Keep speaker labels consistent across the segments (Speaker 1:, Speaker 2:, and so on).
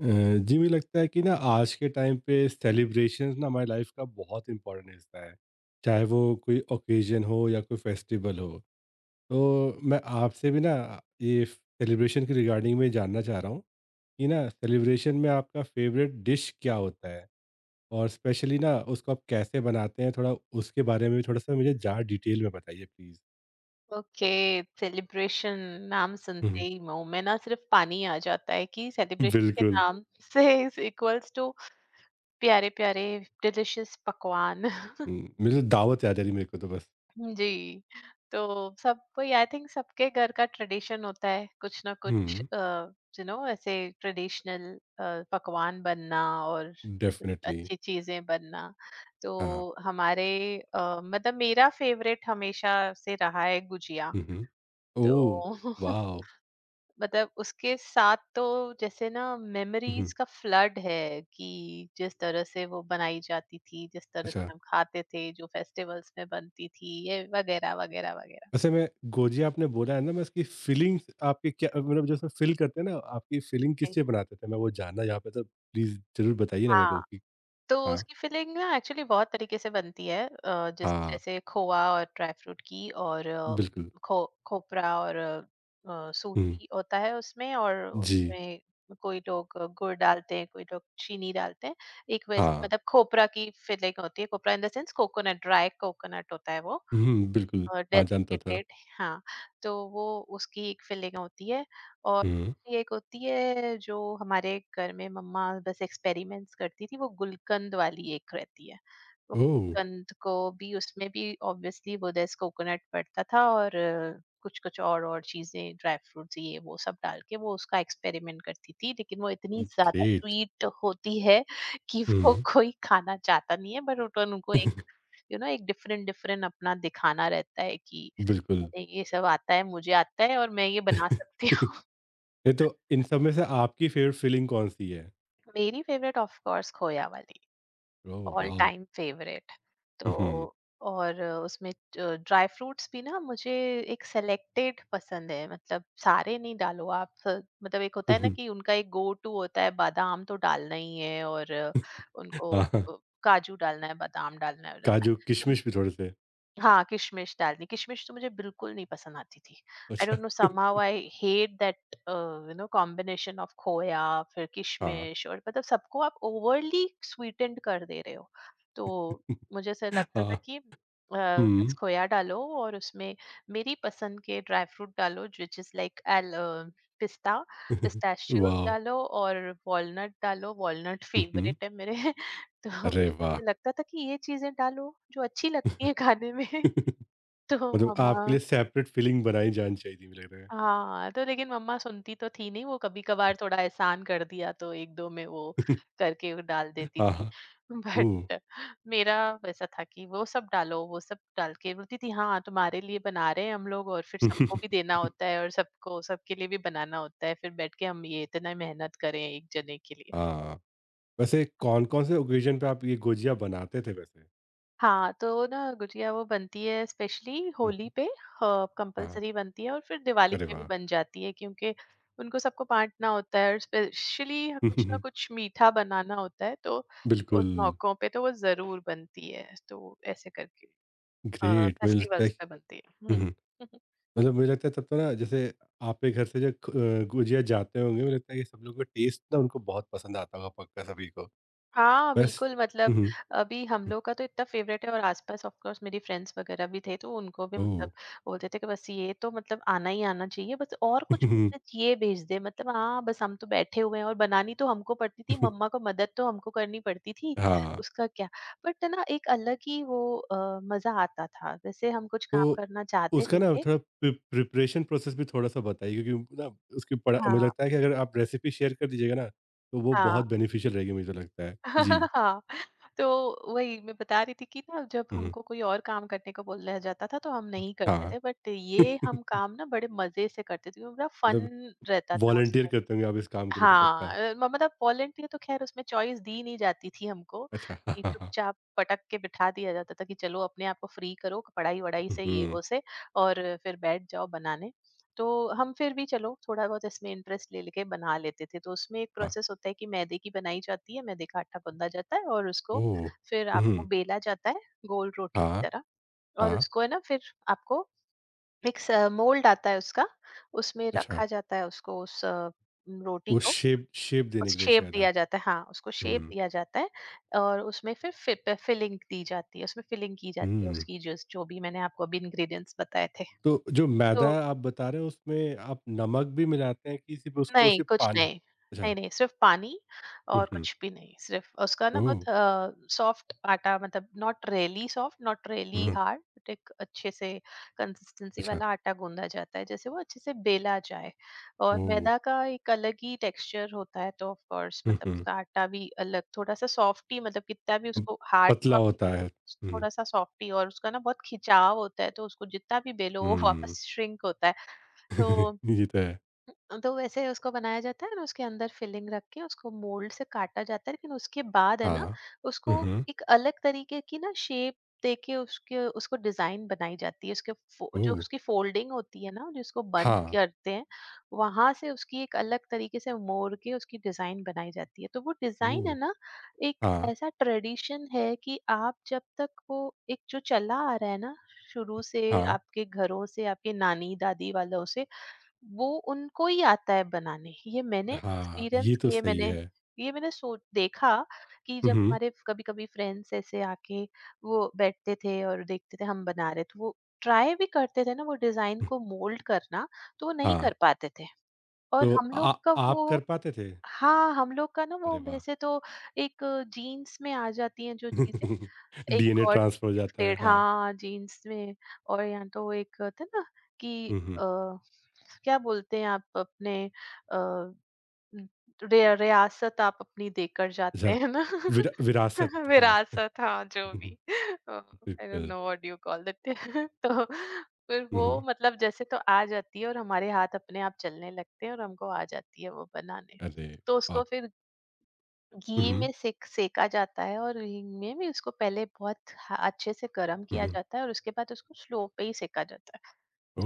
Speaker 1: अ, जी, मुझे लगता है कि ना आज के टाइम पे सेलिब्रेशंस ना हमारी लाइफ का बहुत इंपॉर्टेंट हिस्सा है। चाहे वो कोई ओकेजन हो या कोई फेस्टिवल हो। तो मैं आपसे भी ना ये सेलिब्रेशन के रिगार्डिंग में जानना चाह रहा हूँ कि ना सेलिब्रेशन में आपका फेवरेट डिश क्या होता है। और स्पेशली ना उसको आप कैसे बनाते हैं, थोड़ा उसके बारे में भी थोड़ा सा मुझे ज़्यादा डिटेल में बताइए प्लीज़।
Speaker 2: ओके। सेलिब्रेशन नाम
Speaker 1: हम्म,
Speaker 2: सुनते ही मुंह में ना सिर्फ पानी आ जाता है कि सेलिब्रेशन के
Speaker 1: बिल्कुल।
Speaker 2: नाम से इज इक्वल्स टू प्यारे प्यारे डिलिशियस पकवान।
Speaker 1: मेरे को दावत याद आ रही, मेरे को तो बस।
Speaker 2: जी। तो सब कोई आई थिंक सबके घर का ट्रेडिशन होता है कुछ ना कुछ,
Speaker 1: हम्म।
Speaker 2: ऐसे ट्रेडिशनल पकवान बनना, और कुछ
Speaker 1: डेफिनेटली।
Speaker 2: अच्छी चीजें बनना। तो
Speaker 1: हाँ।
Speaker 2: हमारे मतलब मेरा फेवरेट हमेशा से रहा है गुजिया।
Speaker 1: हम्म।
Speaker 2: तो
Speaker 1: ओह! वॉव!
Speaker 2: मतलब उसके साथ तो जैसे ना
Speaker 1: हुँ,
Speaker 2: मेमोरीज
Speaker 1: हुँ।
Speaker 2: का फ्लड है कि जिस तरह से वो बनाई जाती थी, जिस तरह
Speaker 1: अच्छा,
Speaker 2: से हम खाते थे, जो फेस्टिवल्स में बनती थी, ये वगैरह वगैरह वगैरह।
Speaker 1: वैसे मैं गोजिया आपने बोला है ना, मैं इसकी फीलिंग्स आपकी, क्या मतलब जो उसमें फ़ील करते हैं ना, आपकी फीलिंग किस लिए बनाते थे? मैं वो जानना यहाँ पे, तो प्लीज़ ज़रूर बताइए ना मेरे को
Speaker 2: राइट।
Speaker 1: कि।
Speaker 2: तो
Speaker 1: हाँ,
Speaker 2: उसकी फिलिंग ना एक्चुअली बहुत तरीके से बनती है। जिस
Speaker 1: हाँ,
Speaker 2: जैसे खोआ और ड्राई फ्रूट की, और
Speaker 1: बिल्कुल।
Speaker 2: खो खोपरा, और
Speaker 1: हुँ,
Speaker 2: सूजी होता है उसमें। और
Speaker 1: जी,
Speaker 2: उसमें कोई लोग गुड़ डालते हैं, कोई लोग चीनी डालते हैं। एक वैसी
Speaker 1: हाँ।
Speaker 2: मतलब खोपरा की फिलिंग होती है। खोपरा in the sense coconut, dry coconut होता है वो।
Speaker 1: हुँ, बिल्कुल। हाँ, जानता था।
Speaker 2: डेसिकेटेड। हाँ, तो वो उसकी एक फीलिंग होती है। और
Speaker 1: हुँ,
Speaker 2: दूसरी एक होती है जो हमारे घर में मम्मा बस एक्सपेरिमेंट्स करती थी, वो गुलकंद वाली एक रहती है। वो
Speaker 1: ओह!
Speaker 2: गुलकंद को भी, उसमें भी ऑब्वियसली वो दस कोकोनट पड़ता था, और कुछ कुछ और चीजें, ड्राई फ्रूट्स ये वो सब डाल के वो उसका एक्सपेरिमेंट करती थी। लेकिन वो इतनी ज्यादा
Speaker 1: ग्रेट।
Speaker 2: स्वीट होती है कि वो
Speaker 1: हुँ,
Speaker 2: कोई खाना चाहता नहीं है। बट उनको एक एक डिफरेंट डिफरेंट अपना दिखाना रहता है कि
Speaker 1: बिल्कुल।
Speaker 2: मैंने ये सब आता है, मुझे आता है, और मैं ये बना सकती हूँ।
Speaker 1: ये तो इन सब में से आपकी फ़ेवरेट फीलिंग कौन-सी है?
Speaker 2: मेरी फेवरेट ऑफ कोर्स खोया वाली,
Speaker 1: oh,
Speaker 2: all
Speaker 1: wow!
Speaker 2: Time favourite. तो
Speaker 1: हुँ, हुँ,
Speaker 2: और उसमें ड्राई फ्रूट्स भी ना मुझे एक सेलेक्टेड पसंद है। मतलब सारे नहीं डालो आप। मतलब एक होता
Speaker 1: हुँ,
Speaker 2: है ना
Speaker 1: हुँ।
Speaker 2: कि उनका एक गो टू होता है, बादाम तो डालना ही है। और उनको
Speaker 1: हाँ, हाँ।
Speaker 2: अ, काजू डालना है, बादाम डालना है
Speaker 1: काजू,
Speaker 2: तो।
Speaker 1: किशमिश भी थोड़े से।
Speaker 2: हाँ, किशमिश डालनी, किशमिश तो मुझे बिल्कुल नहीं पसंद आती थी। आई
Speaker 1: अच्छा।
Speaker 2: Don't know, somehow I hate that. Combination of खोया फिर
Speaker 1: हाँ,
Speaker 2: किशमिश, और मतलब सबको आप ओवरली स्वीटेंड कर दे रहे हो। तो मुझे ऐसा लगता था
Speaker 1: हाँ,
Speaker 2: कि बस
Speaker 1: हुँ।
Speaker 2: खोया डालो, और उसमें मेरी पसंद के ड्राई फ्रूट डालो, व्हिच इज़ लाइक एल पिस्ता, पिस्ताशियोज़
Speaker 1: वाव!
Speaker 2: डालो, और वॉलनट डालो, वॉलनट
Speaker 1: हुँ, हुँ।
Speaker 2: फेवरेट है मेरे। तो
Speaker 1: अरे वाह!
Speaker 2: मुझे लगता था कि ये चीज़ें डालो जो अच्छी लगती हैं खाने में। तो
Speaker 1: मतलब
Speaker 2: मम्मा
Speaker 1: आपके लिए सेपरेट फीलिंग बनाई जानी चाहिए थी, मुझे लग रहा
Speaker 2: हाँ, तो लेकिन मम्मा सुनती तो थी नहीं, वो कभी-कभार थोड़ा एहसान कर दिया तो 1-2 में वो
Speaker 1: है।
Speaker 2: करके वो डाल देती
Speaker 1: हाँ,
Speaker 2: थी।
Speaker 1: हाँ। ओह!
Speaker 2: बट मेरा वैसा था कि वो सब डालो, वो सब डाल के बोलती थी, "हाँ, तुम्हारे लिए बना रहे हैं हम लोग। और फिर सबको भी देना होता है, और सबको सबके लिए भी बनाना होता है, फिर बैठ के हम ये इतना मेहनत करें 1 जने के लिए।"
Speaker 1: हाँ, वैसे कौन-कौन से ओकेज़न पे आप ये गुजिया बनाते थे वैसे?
Speaker 2: हाँ, तो ना गुजिया वो बनती है स्पेशली
Speaker 1: हुँ,
Speaker 2: होली
Speaker 1: हुँ।
Speaker 2: पे,
Speaker 1: हाँ,
Speaker 2: कंपल्सरी बनती है। और फिर दिवाली
Speaker 1: अरे
Speaker 2: पे भी
Speaker 1: वाह!
Speaker 2: बन जाती है, क्योंकि उनको सबको बाँटना होता है और स्पेशली कुछ ना
Speaker 1: हम्म,
Speaker 2: कुछ मीठा बनाना होता है। तो उन
Speaker 1: बिल्कुल,
Speaker 2: मौकों पे तो वो ज़रूर बनती है। तो ऐसे करके अ,
Speaker 1: ग्रेट मुझे लगता है।
Speaker 2: फेस्टिवल्स पे बनती है।
Speaker 1: हुँ,
Speaker 2: हुँ।
Speaker 1: हुँ। मतलब मुझे लगता है तब तो ना, जैसे आपके घर से जो गुजिया जाते होंगे, मुझे लगता है ये सब लोगों का टेस्ट ना उनको बहुत पसंद आता होगा, पक्का सभी को।
Speaker 2: हाँ,
Speaker 1: बेस्ट।
Speaker 2: बिल्कुल, मतलब अभी हम लोग का तो इतना फेवरेट है। और आसपास ऑफ कोर्स मेरी फ्रेंड्स वगैरह भी थे, तो उनको भी
Speaker 1: ओह।
Speaker 2: मतलब बोलते थे कि बस ये तो मतलब आना ही आना चाहिए बस। और कुछ मतलब ये भेज दे मतलब, हाँ बस हम तो बैठे हुए हैं, और बनानी तो हमको पड़ती थी। मम्मा को मदद तो हमको करनी पड़ती थी,
Speaker 1: हाँ।
Speaker 2: उसका क्या। बट ना एक अलग ही वो मजा आता था, जैसे हम कुछ काम
Speaker 1: तो
Speaker 2: करना चाहते
Speaker 1: उसका
Speaker 2: नहीं
Speaker 1: ना
Speaker 2: थे।
Speaker 1: थोड़ा प्रिपरेशन प्रोसेस भी थोड़ा सा बताइए, क्योंकि ना उसकी पढ़ा मुझे
Speaker 2: हाँ,
Speaker 1: लगता है कि अगर आप रेसिपी शेयर कर दीजिएगा ना तो वो
Speaker 2: हाँ,
Speaker 1: बहुत बेनिफिशियल रहेगी, मुझे लगता है जी।
Speaker 2: हाँ, तो वही मैं बता रही थी कि ना जब
Speaker 1: हम्म,
Speaker 2: हमको कोई और काम करने को बोला जाता था तो हम नहीं करते
Speaker 1: हाँ।
Speaker 2: थे, बट ये हम काम ना बड़े मजे से करते थे क्योंकि बड़ा फन
Speaker 1: मतलब
Speaker 2: रहता था
Speaker 1: वॉलंटियर
Speaker 2: उसमें।
Speaker 1: करते होंगे आप इस काम के लिए तो
Speaker 2: हाँ,
Speaker 1: पक्का।
Speaker 2: अ, म मतलब वॉलंटियर तो ख़ैर उसमें चॉइस दी नहीं जाती थी हमको,
Speaker 1: अच्छा हाँ,
Speaker 2: कि
Speaker 1: हाँ, हाँ।
Speaker 2: चुपचाप पटक के बिठा दिया जाता था कि चलो अपने आप को फ्री करो पढ़ाई-वढ़ाई से, ये
Speaker 1: हम्म,
Speaker 2: वो से, और फिर बैठ जाओ बनाने। तो हम फिर भी चलो थोड़ा-बहुत इसमें इंटरेस्ट ले लेके बना लेते थे। तो उसमें एक
Speaker 1: हाँ।
Speaker 2: प्रोसेस होता है कि मैदे की बनाई जाती है, मैदे का आटा गूँधा जाता है और उसको
Speaker 1: ओह।
Speaker 2: फिर आपको
Speaker 1: हम्म,
Speaker 2: बेला जाता है गोल रोटी की
Speaker 1: हाँ।
Speaker 2: तरह। और
Speaker 1: हाँ।
Speaker 2: उसको है ना फिर आपको एक स मोल्ड आता है उसका, उसमें
Speaker 1: अच्छा,
Speaker 2: रखा जाता है उसको, उस रोटी
Speaker 1: वो
Speaker 2: को
Speaker 1: शेप शेप देने के लिए
Speaker 2: शेप
Speaker 1: शायद, हाँ।
Speaker 2: दिया जाता है। हाँ, उसको शेप
Speaker 1: हम्म।
Speaker 2: दिया जाता है। और उसमें फिर फि फिलिंग दी जाती है, उसमें फिलिंग की जाती है
Speaker 1: हम्म,
Speaker 2: उसकी, जो जो भी मैंने आपको अभी इंग्रीडिएंट्स बताए थे।
Speaker 1: तो जो मैदा
Speaker 2: तो
Speaker 1: आप बता रहे हो उसमें आप नमक भी मिलाते हैं कि सिर्फ़ उसको
Speaker 2: नहीं,
Speaker 1: सिर्फ़
Speaker 2: कुछ
Speaker 1: पानी?
Speaker 2: नहीं।
Speaker 1: अच्छा।
Speaker 2: नहीं, नहीं, सिर्फ़ पानी
Speaker 1: हुँ,
Speaker 2: और
Speaker 1: हुँ।
Speaker 2: कुछ भी नहीं। सिर्फ़ उसका ना
Speaker 1: ओह!
Speaker 2: बहुत सॉफ्ट आटा, मतलब not really soft, not really
Speaker 1: हुँ,
Speaker 2: हार्ड, बट एक अच्छे से कंसिस्टेंसी
Speaker 1: अच्छा।
Speaker 2: वाला आटा गूँधा जाता है, जैसे वो अच्छे से बेला जाए। और
Speaker 1: ओह!
Speaker 2: मैदा का एक अलग ही टेक्सचर होता है, तो ऑफ कोर्स
Speaker 1: हुँ,
Speaker 2: मतलब
Speaker 1: हुँ।
Speaker 2: उसका आटा भी अलग थोड़ा-सा सॉफ्ट ही, मतलब कितना भी
Speaker 1: अब
Speaker 2: उसको हार्ड तो
Speaker 1: पतला
Speaker 2: आप,
Speaker 1: होता है। हुँ,
Speaker 2: थोड़ा-सा सॉफ्ट ही। और उसका ना बहुत खिंचाव होता है, तो उसको जितना भी बेलो वो
Speaker 1: हुँ।
Speaker 2: वापस श्रिंक होता है। तो
Speaker 1: ये तो है।
Speaker 2: तो वैसे उसको बनाया जाता है ना, उसके अंदर फिलिंग रख के उसको मोल्ड से काटा जाता है, लेकिन उसके बाद है ना
Speaker 1: हाँ। हुँ,
Speaker 2: उसको
Speaker 1: हुँ।
Speaker 2: एक अलग तरीके की ना शेप देके उसके उसको डिजाइन बनाई जाती है, उसके जो
Speaker 1: ओह!
Speaker 2: उसकी फोल्डिंग होती है ना, जिसको बंद
Speaker 1: हाँ।
Speaker 2: करते हैं, वहां से उसकी एक अलग तरीके से मोड़ के उसकी डिजाइन बनाई जाती है। तो वो डिजाइन है
Speaker 1: ओह!
Speaker 2: ना एक
Speaker 1: हाँ,
Speaker 2: ऐसा ट्रेडिशन है कि आप जब तक वो, एक जो चला आ रहा है ना शुरू से
Speaker 1: हाँ,
Speaker 2: आपके घरों से, आपके नानी दादी वालों से, वो उनको ही आता है बनाने। ये मैंने
Speaker 1: हाँ। ये
Speaker 2: एक्सपीरियंस
Speaker 1: तो
Speaker 2: किए।
Speaker 1: सही है।
Speaker 2: मैंने सो देखा कि
Speaker 1: हुँ,
Speaker 2: जब
Speaker 1: हुँ।
Speaker 2: हमारे कभी-कभी फ्रेंड्स ऐसे आके वो बैठते थे और देखते थे हम बना रहे, तो वो ट्राई भी करते थे ना वो डिज़ाइन
Speaker 1: हुँ,
Speaker 2: को मोल्ड करना, तो वो नहीं
Speaker 1: हाँ।
Speaker 2: कर पाते थे। और
Speaker 1: तो
Speaker 2: हम लोग
Speaker 1: आ
Speaker 2: का
Speaker 1: आप
Speaker 2: वो,
Speaker 1: कर पाते थे?
Speaker 2: हाँ, हम लोग का ना वो
Speaker 1: अरे वाह!
Speaker 2: वैसे तो एक जीन्स में आ जाती हैं जो चीज़ें, एक
Speaker 1: डीएनए
Speaker 2: गॉड
Speaker 1: ट्रांसफ़र हो जाता है।
Speaker 2: गिफ्टेड,
Speaker 1: हाँ।
Speaker 2: हाँ, जीन्स में। और या तो एक होता है ना कि
Speaker 1: हुँ, हुँ।
Speaker 2: अ, क्या बोलते हैं आप अपने, अ, रि रियासत, आप अपनी देकर जाते
Speaker 1: अच्छा।
Speaker 2: हैं ना।
Speaker 1: विरासत, हाँ। हुँ,
Speaker 2: विरासत, हाँ, जो
Speaker 1: हुँ।
Speaker 2: भी, आई डोंट
Speaker 1: बिल्कुल।
Speaker 2: Know what you call it. तो फिर
Speaker 1: हुँ,
Speaker 2: वो
Speaker 1: हुँ।
Speaker 2: मतलब जैसे तो आ जाती है, और हमारे हाथ अपने आप चलने लगते हैं, और हमको आ जाती है वो बनाने।
Speaker 1: अरे
Speaker 2: तो
Speaker 1: वाह!
Speaker 2: उसको फिर
Speaker 1: हुँ,
Speaker 2: घी
Speaker 1: हुँ,
Speaker 2: में सेका जाता है, और घी में भी उसको पहले बहुत अच्छे से गर्म
Speaker 1: हुँ,
Speaker 2: किया
Speaker 1: हुँ।
Speaker 2: जाता है और उसके बाद उसको स्लो पे ही सेका जाता है।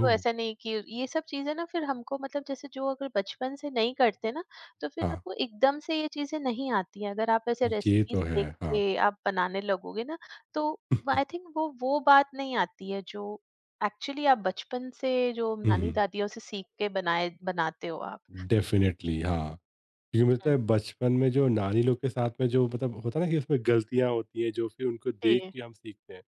Speaker 2: तो ऐसा नहीं कि, ये सब चीजें ना फिर हमको, मतलब जैसे जो अगर बचपन से नहीं करते ना, तो फिर
Speaker 1: हाँ,
Speaker 2: आपको एकदम से ये चीजें नहीं आती हैं अगर आप ऐसे
Speaker 1: ये
Speaker 2: रेसिपीज
Speaker 1: तो है,
Speaker 2: देख
Speaker 1: हाँ।
Speaker 2: के आप बनाने लगोगे ना। तो आई थिंक वो बात नहीं आती है जो एक्चुअली आप बचपन से जो
Speaker 1: हुँ,
Speaker 2: नानी
Speaker 1: हुँ।
Speaker 2: दादियों से सीख के बनाए बनाते हो आप।
Speaker 1: डेफ़िनिटली, हाँ। क्योंकि मिलता
Speaker 2: हम्म,
Speaker 1: है बचपन में जो नानी लोग के साथ में, जो मतलब होता है ना कि उसमें गलतियाँ होती हैं जो फिर उनको देख
Speaker 2: जी,
Speaker 1: के हम सीखते हैं,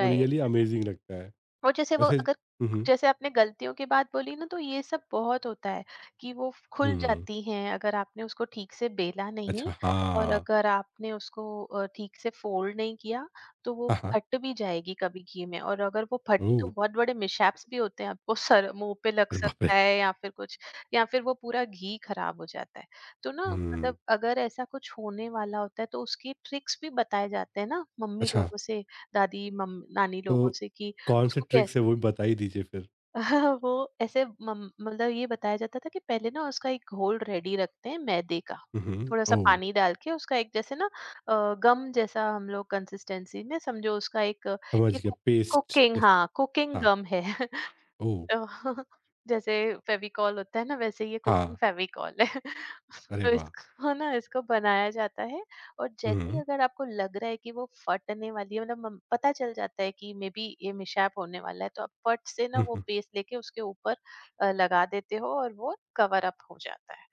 Speaker 1: वो रियली अमेज़िंग लगता है।
Speaker 2: और जैसे वो
Speaker 1: वैसे,
Speaker 2: अगर
Speaker 1: हुँ, हुँ,
Speaker 2: जैसे आपने गलतियों की बात बोली ना, तो ये सब बहुत होता है कि वो खुल
Speaker 1: हुँ।
Speaker 2: जाती हैं अगर आपने उसको ठीक से बेला
Speaker 1: अच्छा,
Speaker 2: नहीं, और
Speaker 1: हाँ।
Speaker 2: अगर आपने उसको ठीक से फोल्ड नहीं किया, तो वो
Speaker 1: हाँ, हाँ।
Speaker 2: फट भी जाएगी कभी घी में। और अगर वो फटी
Speaker 1: ओह!
Speaker 2: तो बहुत बड़े मिशैप्स भी होते हैं, आपको सर, मुंह पे लग
Speaker 1: अरे बाप रे!
Speaker 2: सकता है या फिर कुछ, या फिर वो पूरा घी खराब हो जाता है। तो ना
Speaker 1: हुँ।
Speaker 2: मतलब अगर ऐसा कुछ होने वाला होता है तो उसकी ट्रिक्स भी बताए जाते हैं ना मम्मी
Speaker 1: अच्छा,
Speaker 2: लोगों से, दादी मम नानी
Speaker 1: तो
Speaker 2: लोगों से, कि
Speaker 1: कौन से
Speaker 2: उसको
Speaker 1: ट्रिक्स है
Speaker 2: कैसे।
Speaker 1: वो भी बता ही दीजिए फिर?
Speaker 2: वो ऐसे मतलब ये बताया जाता था कि पहले ना उसका एक घोल रेडी रखते हैं मैदे का,
Speaker 1: हुँ, हुँ।
Speaker 2: थोड़ा सा
Speaker 1: ओह!
Speaker 2: पानी डाल के उसका एक जैसे ना गम जैसा हम लोग कंसिस्टेंसी में समझो, उसका एक
Speaker 1: समझ
Speaker 2: ये
Speaker 1: गया, पेस्ट
Speaker 2: कुकिंग,
Speaker 1: जैस।
Speaker 2: हाँ, कुकिंग
Speaker 1: हाँ,
Speaker 2: गम है।
Speaker 1: ओह!
Speaker 2: अ, जैसे फेविकॉल होता है ना, वैसे ये
Speaker 1: हाँ,
Speaker 2: कुकिंग फेविकॉल है।
Speaker 1: अरे
Speaker 2: तो
Speaker 1: वाह!
Speaker 2: इसको ना, इसको बनाया जाता है, और जैसे ही
Speaker 1: हुँ,
Speaker 2: अगर आपको लग रहा है कि वो फटने वाली है, मतलब पता चल जाता है कि मे बी ये मिशैप होने वाला है, तो आप फट से ना
Speaker 1: हुँ,
Speaker 2: वो
Speaker 1: हुँ,
Speaker 2: पेस्ट लेके उसके ऊपर लगा देते हो और वो कवर अप हो जाता है।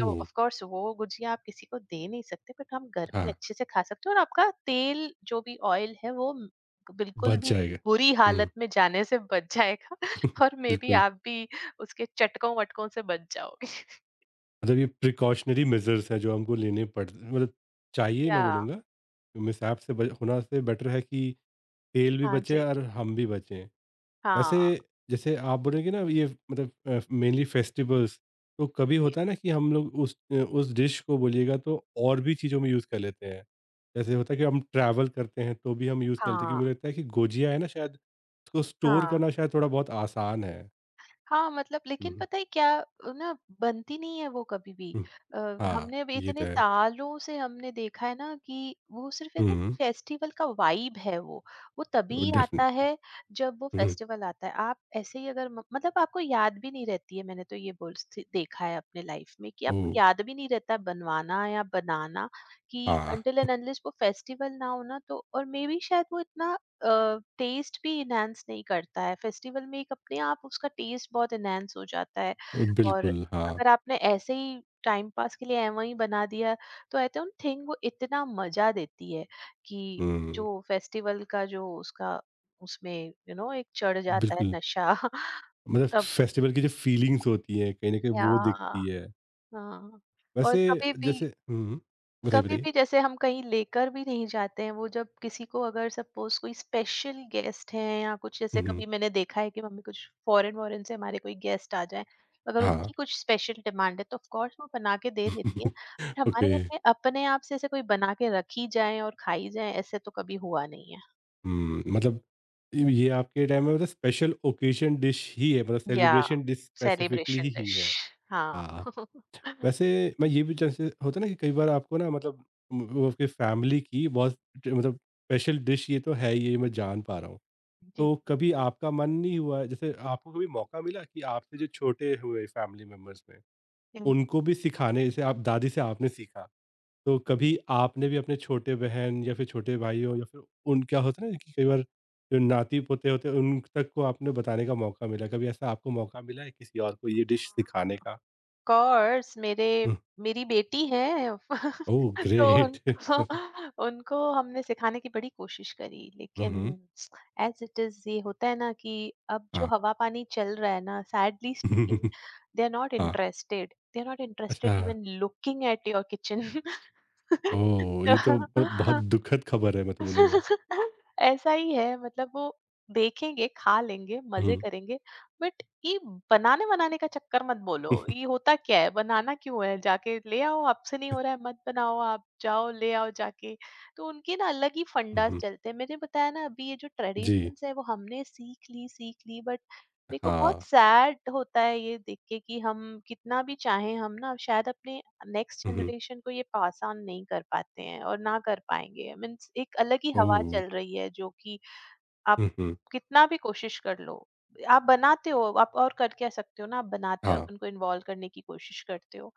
Speaker 2: तो ऑफ कोर्स वो गुजिया आप किसी को दे नहीं सकते, बट हम घर पे
Speaker 1: हाँ,
Speaker 2: अच्छे से खा सकते हैं। और आपका तेल जो भी ऑयल है वो बिल्कुल
Speaker 1: बच
Speaker 2: भी
Speaker 1: जाएगा।
Speaker 2: बुरी
Speaker 1: हुँ,
Speaker 2: हालत में जाने से बच जाएगा और मे बी
Speaker 1: बिल्कुल,
Speaker 2: आप भी उसके चटकों वटकों से बच जाओगे।
Speaker 1: मतलब ये प्रिकॉशनरी मेज़र्स हैं जो हमको लेने पड़, मतलब चाहिए, मैं
Speaker 2: या,
Speaker 1: बोलूँगा, मिसहैप से ब होना से बेटर है कि तेल भी
Speaker 2: हाँ
Speaker 1: बचे
Speaker 2: जी,
Speaker 1: और हम भी बचें। वैसे,
Speaker 2: हाँ
Speaker 1: जैसे आप बोलेंगे ना ये, मतलब मेनली फेस्टिवल्स, तो कभी
Speaker 2: जी,
Speaker 1: होता है ना कि हम लोग उस डिश को बोलिएगा तो और भी चीज़ों में यूज़ कर लेते हैं। जैसे होता है कि हम ट्रैवल करते हैं तो भी हम यूज़ करते हैं, क्योंकि
Speaker 2: हाँ,
Speaker 1: मुझे लगता है कि गोजिया है ना शायद, उसको स्टोर
Speaker 2: हाँ,
Speaker 1: करना शायद थोड़ा बहुत आसान है।
Speaker 2: हाँ, मतलब लेकिन
Speaker 1: हम्म,
Speaker 2: पता है क्या। ना बनती नहीं है वो कभी भी।
Speaker 1: हम्म,
Speaker 2: अ,
Speaker 1: हाँ
Speaker 2: हमने अब
Speaker 1: ये तो
Speaker 2: इतने
Speaker 1: है।
Speaker 2: सालों से हमने देखा है ना कि वो सिर्फ़ है ना
Speaker 1: हम्म।
Speaker 2: फेस्टिवल का वाइब है वो। वो तभी आता
Speaker 1: डेफिनेटली।
Speaker 2: है जब वो
Speaker 1: हम्म।
Speaker 2: फेस्टिवल आता है। आप ऐसे ही अगर म मतलब आपको याद भी नहीं रहती है मैंने तो ये बोल स देखा है अपने लाइफ़ में कि
Speaker 1: ओ।
Speaker 2: आपको याद भी नहीं रहता बनवाना या बनाना कि
Speaker 1: हाँ।
Speaker 2: अनटिल एंड अनलेस वो फेस्टिवल ना हो ना तो और मेबी शायद वो इतना टेस्ट भी इनहैंस नहीं करता है फेस्टिवल में एक अपने आप उसका टेस्ट बहुत इनहैंस हो जाता है और
Speaker 1: बिल्कुल, हाँ।
Speaker 2: अगर आपने ऐसे ही टाइम पास के लिए ऐ वहीं बना दिया तो आई डोंट थिंक वो इतना मजा देती है कि
Speaker 1: हम्म।
Speaker 2: जो फेस्टिवल का जो उसका उसमें यू नो एक चढ़ जाता है
Speaker 1: बिल्कुल,
Speaker 2: नशा
Speaker 1: मतलब
Speaker 2: तब
Speaker 1: फेस्टिवल की जो फीलिंग्स होती हैं कहीं ना कहीं
Speaker 2: या
Speaker 1: वो दिखती है।
Speaker 2: हाँ। और
Speaker 1: वैसे, जैसे, हुँ, बताइए,
Speaker 2: कभी
Speaker 1: बताइए।
Speaker 2: भी जैसे हम कहीं लेकर भी नहीं जाते हैं वो जब किसी को अगर सपोज कोई स्पेशल गेस्ट हैं या कुछ
Speaker 1: हुँ,
Speaker 2: जैसे
Speaker 1: हुँ,
Speaker 2: कभी मैंने देखा है कि मम्मी कुछ फॉरेन वॉरेन से हमारे कोई गेस्ट आ जाए अगर उनकी
Speaker 1: हाँ।
Speaker 2: कुछ स्पेशल डिमांड है तो ऑफ कोर्स वो बना के दे देती है बट हमारे
Speaker 1: ओके,
Speaker 2: घर में अपने आप से ऐसे कोई बना के रखी जाए और खाई जाए ऐसे तो कभी हुआ नहीं है।
Speaker 1: हुँ, मतलब इ ये आपके टाइम में मतलब स्पेशल ओकेशन डिश ही है, मतलब
Speaker 2: या
Speaker 1: सेलिब्रेशन डिश स्पेसिफिकली
Speaker 2: सेलिब्रेशन
Speaker 1: ही
Speaker 2: डिश,
Speaker 1: है।
Speaker 2: हाँ
Speaker 1: हाँ, वैसे मैं ये भी, जैसे होता है ना कि कई बार आपको ना, मतलब वो आपकी फैमिली की बहुत ट मतलब स्पेशल डिश ये तो है ही, ये मैं जान पा रहा हूँ।
Speaker 2: जी
Speaker 1: तो कभी आपका मन नहीं हुआ जैसे आपको कभी मौका मिला कि आपसे जो छोटे हुए फैमिली मेंबर्स में, उनको भी सिखाने, जैसे आप दादी से आपने सीखा? तो कभी आपने भी अपने छोटे बहन या फिर छोटे भाई हो या फिर उन, क्या होता है ना कि कई बार जो नाती पोते होते हैं उन तक को आपने बताने का मौका मिला, कभी ऐसा आपको मौका मिला है किसी और को ये डिश सिखाने का?
Speaker 2: कोर्स मेरे
Speaker 1: हम्म,
Speaker 2: मेरी बेटी है
Speaker 1: ओह
Speaker 2: तो
Speaker 1: ग्रेट।
Speaker 2: उनको उनको हमने सिखाने की बड़ी कोशिश करी लेकिन
Speaker 1: हम्म,
Speaker 2: एज इट इज ये होता है ना कि अब जो
Speaker 1: हाँ।
Speaker 2: हवा पानी चल रहा है ना sadly speaking they are not
Speaker 1: हाँ।
Speaker 2: Interested, they are not interested
Speaker 1: अच्छा।
Speaker 2: Even looking at your kitchen.
Speaker 1: Oh,
Speaker 2: तो
Speaker 1: ये तो बहुत दुखद खबर है, मैं तो बोलूँगा।
Speaker 2: ऐसा ही है। मतलब वो देखेंगे, खा लेंगे, मजे
Speaker 1: हम्म,
Speaker 2: करेंगे बट ये बनाने-वनाने का चक्कर मत बोलो। ये होता क्या है? बनाना क्यों है? जाके ले आओ, आपसे नहीं हो रहा है मत बनाओ आप, जाओ ले आओ जाके। तो उनके ना अलग ही फंडास
Speaker 1: हम्म,
Speaker 2: चलते हैं। मैंने बताया ना अभी ये जो
Speaker 1: जी।
Speaker 2: ट्रेडिशंस है वो हमने सीख ली बट मेरे को बहुत
Speaker 1: हाँ।
Speaker 2: सैड होता है ये देख के कि हम कितना भी चाहें हम ना शायद अपने नेक्स्ट
Speaker 1: हम्म,
Speaker 2: जनरेशन को ये पास ऑन नहीं कर पाते हैं और ना कर पाएंगे। मीन्स एक अलग ही हवा
Speaker 1: ओह।
Speaker 2: चल रही है जो कि आप
Speaker 1: हम्म,
Speaker 2: कितना भी कोशिश कर लो। आप बनाते हो, आप और कर क्या सकते हो ना, आप बनाते हो आप
Speaker 1: हाँ।
Speaker 2: उनको इन्वॉल्व करने की कोशिश करते हो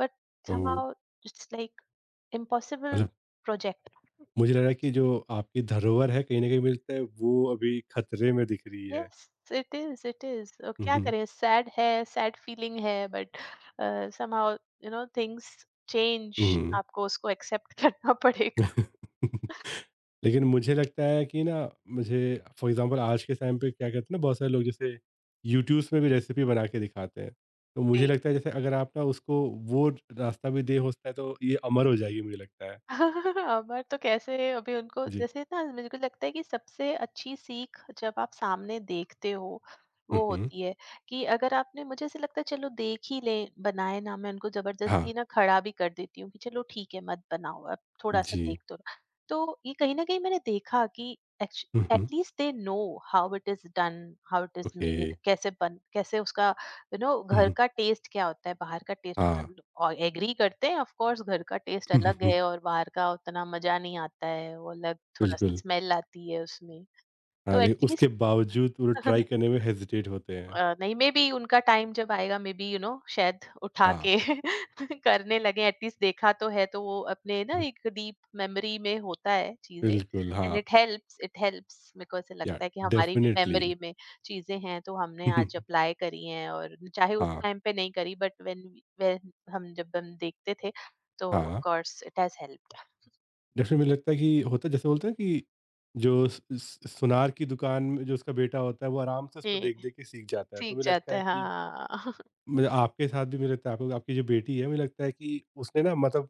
Speaker 2: but
Speaker 1: oh,
Speaker 2: somehow it's like impossible
Speaker 1: मतलब
Speaker 2: प्रोजेक्ट।
Speaker 1: मुझे लग रहा है कि जो आपकी धरोहर है कहीं न कहीं मिलता है, वो अभी खतरे में दिख रही है।
Speaker 2: Yes it is, it is. क्या
Speaker 1: उहुँ,
Speaker 2: करें, सैड है, सैड फीलिंग है but somehow you know things change.
Speaker 1: उहुँ।
Speaker 2: आपको उसको एक्सेप्ट करना पड़ेगा।
Speaker 1: लेकिन मुझे लगता है कि ना, मुझे, फ़ॉर एग्ज़ाम्पल आज के टाइम पे क्या करते हैं ना बहुत सारे लोग, जैसे यूट्यूब्स में भी रेसिपी बना के दिखाते हैं। तो मुझे लगता है जैसे अगर आप ना उसको वो रास्ता भी दे, हो सकता है तो ये अमर हो जाएगी, मुझे लगता है।
Speaker 2: अमर तो कैसे। अभी उनको
Speaker 1: जी।
Speaker 2: जैसे ना मुझे को लगता है कि सबसे अच्छी सीख जब आप सामने देखते हो वो
Speaker 1: उहुँ,
Speaker 2: होती है कि अगर आपने मुझे ऐसे लगता है चलो देख ही ले बनाए ना, मैं उनको
Speaker 1: हाँ।
Speaker 2: जबरदस्ती ना खड़ा भी कर देती हूँ कि चलो ठीक है मत बनाओ अब, थोड़ा सा
Speaker 1: जी।
Speaker 2: देख तो लो। तो ये कहीं ना कहीं मैंने देखा कि
Speaker 1: उहुँ,
Speaker 2: at least they know how it is done, how it is
Speaker 1: okay.
Speaker 2: Made, कैसे बन कैसे उसका यू नो घर
Speaker 1: उहुँ,
Speaker 2: का टेस्ट क्या होता है, बाहर का टेस्ट
Speaker 1: हाँ।
Speaker 2: और एग्री करते हैं ऑफ कोर्स घर का टेस्ट अलग है और बाहर का उतना मजा नहीं आता है, वो अलग थोड़ा सा
Speaker 1: बिल्कुल।
Speaker 2: स्मेल आती है उसमें।
Speaker 1: हाँ,
Speaker 2: तो
Speaker 1: लेकिन उसके
Speaker 2: एटलीस्ट
Speaker 1: बावजूद वो ट्राई करने में हेजिटेट होते हैं।
Speaker 2: नहीं, मे बी उनका टाइम जब आएगा मे बी यू नो शायद उठा
Speaker 1: हाँ,
Speaker 2: के करने लगे। एटलीस्ट देखा तो है तो वो अपने ना एक डीप मेमोरी में होता है चीजें।
Speaker 1: बिल्कुल,
Speaker 2: एंड
Speaker 1: हाँ।
Speaker 2: इट हेल्प्स, इट हेल्प्स, मेरे को ऐसे
Speaker 1: या
Speaker 2: लगता है कि हमारी भी
Speaker 1: डेफ़िनेटली।
Speaker 2: मेमोरी में चीजें हैं तो हमने आज अप्लाई करी हैं और चाहे उस
Speaker 1: हाँ,
Speaker 2: टाइम पे नहीं करी बट व्हेन व्हेन हम जब हम देखते थे तो ऑफ
Speaker 1: हाँ।
Speaker 2: Course it has helped.
Speaker 1: Definitely मुझे लगता है कि होता है, जैसे बोलते हैं ना कि जो स स सुनार की दुकान में जो उसका बेटा होता है, वो आराम से
Speaker 2: जी,
Speaker 1: उसको देख-देख के सीख जाता है। तो
Speaker 2: सीख
Speaker 1: मुझे लगता
Speaker 2: जाते
Speaker 1: है
Speaker 2: हैं
Speaker 1: कि
Speaker 2: हाँ
Speaker 1: मुझे आपके साथ भी, मुझे लगता है आपको, आपकी जो बेटी है, मुझे लगता है कि उसने ना मतलब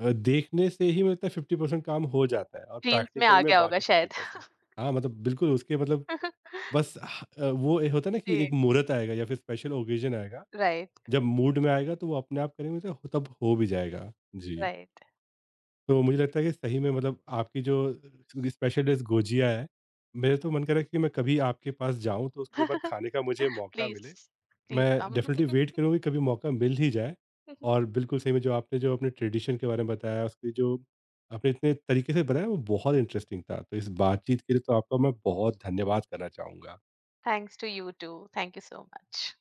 Speaker 1: देखने से ही मुझे लगता है 50% काम हो जाता है और
Speaker 2: जीन्स में
Speaker 1: प्रैक्टिकल
Speaker 2: आ
Speaker 1: में
Speaker 2: गया होगा
Speaker 1: बाकी
Speaker 2: शायद
Speaker 1: 50%। हाँ, मतलब बिल्कुल उसके मतलब बस वो ए होता है ना कि
Speaker 2: जी,
Speaker 1: एक मुहूर्त आएगा या फिर स्पेशल ऑकेज़न आएगा,
Speaker 2: राइट,
Speaker 1: जब मूड में आएगा तो वो अपने आप करेंगे तो तब हो भी जाएगा। जी,
Speaker 2: राइट।
Speaker 1: तो मुझे लगता है कि सही में, मतलब आपकी जो स्पेशल डिश गोजिया है, मेरा तो मन कर रहा है कि मैं कभी आपके पास जाऊँ तो उसको एक बार खाने का मुझे मौका
Speaker 2: Please,
Speaker 1: मिले।
Speaker 2: please
Speaker 1: मैं
Speaker 2: come.
Speaker 1: डेफ़िनिटली वेट करूँगा कि कभी मौका मिल ही जाए। और बिल्कुल सही में जो आपने जो अपने ट्रेडिशन के बारे में बताया, उसकी जो आपने इतने तरीके से बताया वो बहुत इंटरेस्टिंग था। तो इस बातचीत के लिए तो आपका मैं बहुत धन्यवाद करना चाहूँगा।
Speaker 2: Thanks to you too. Thank you so much.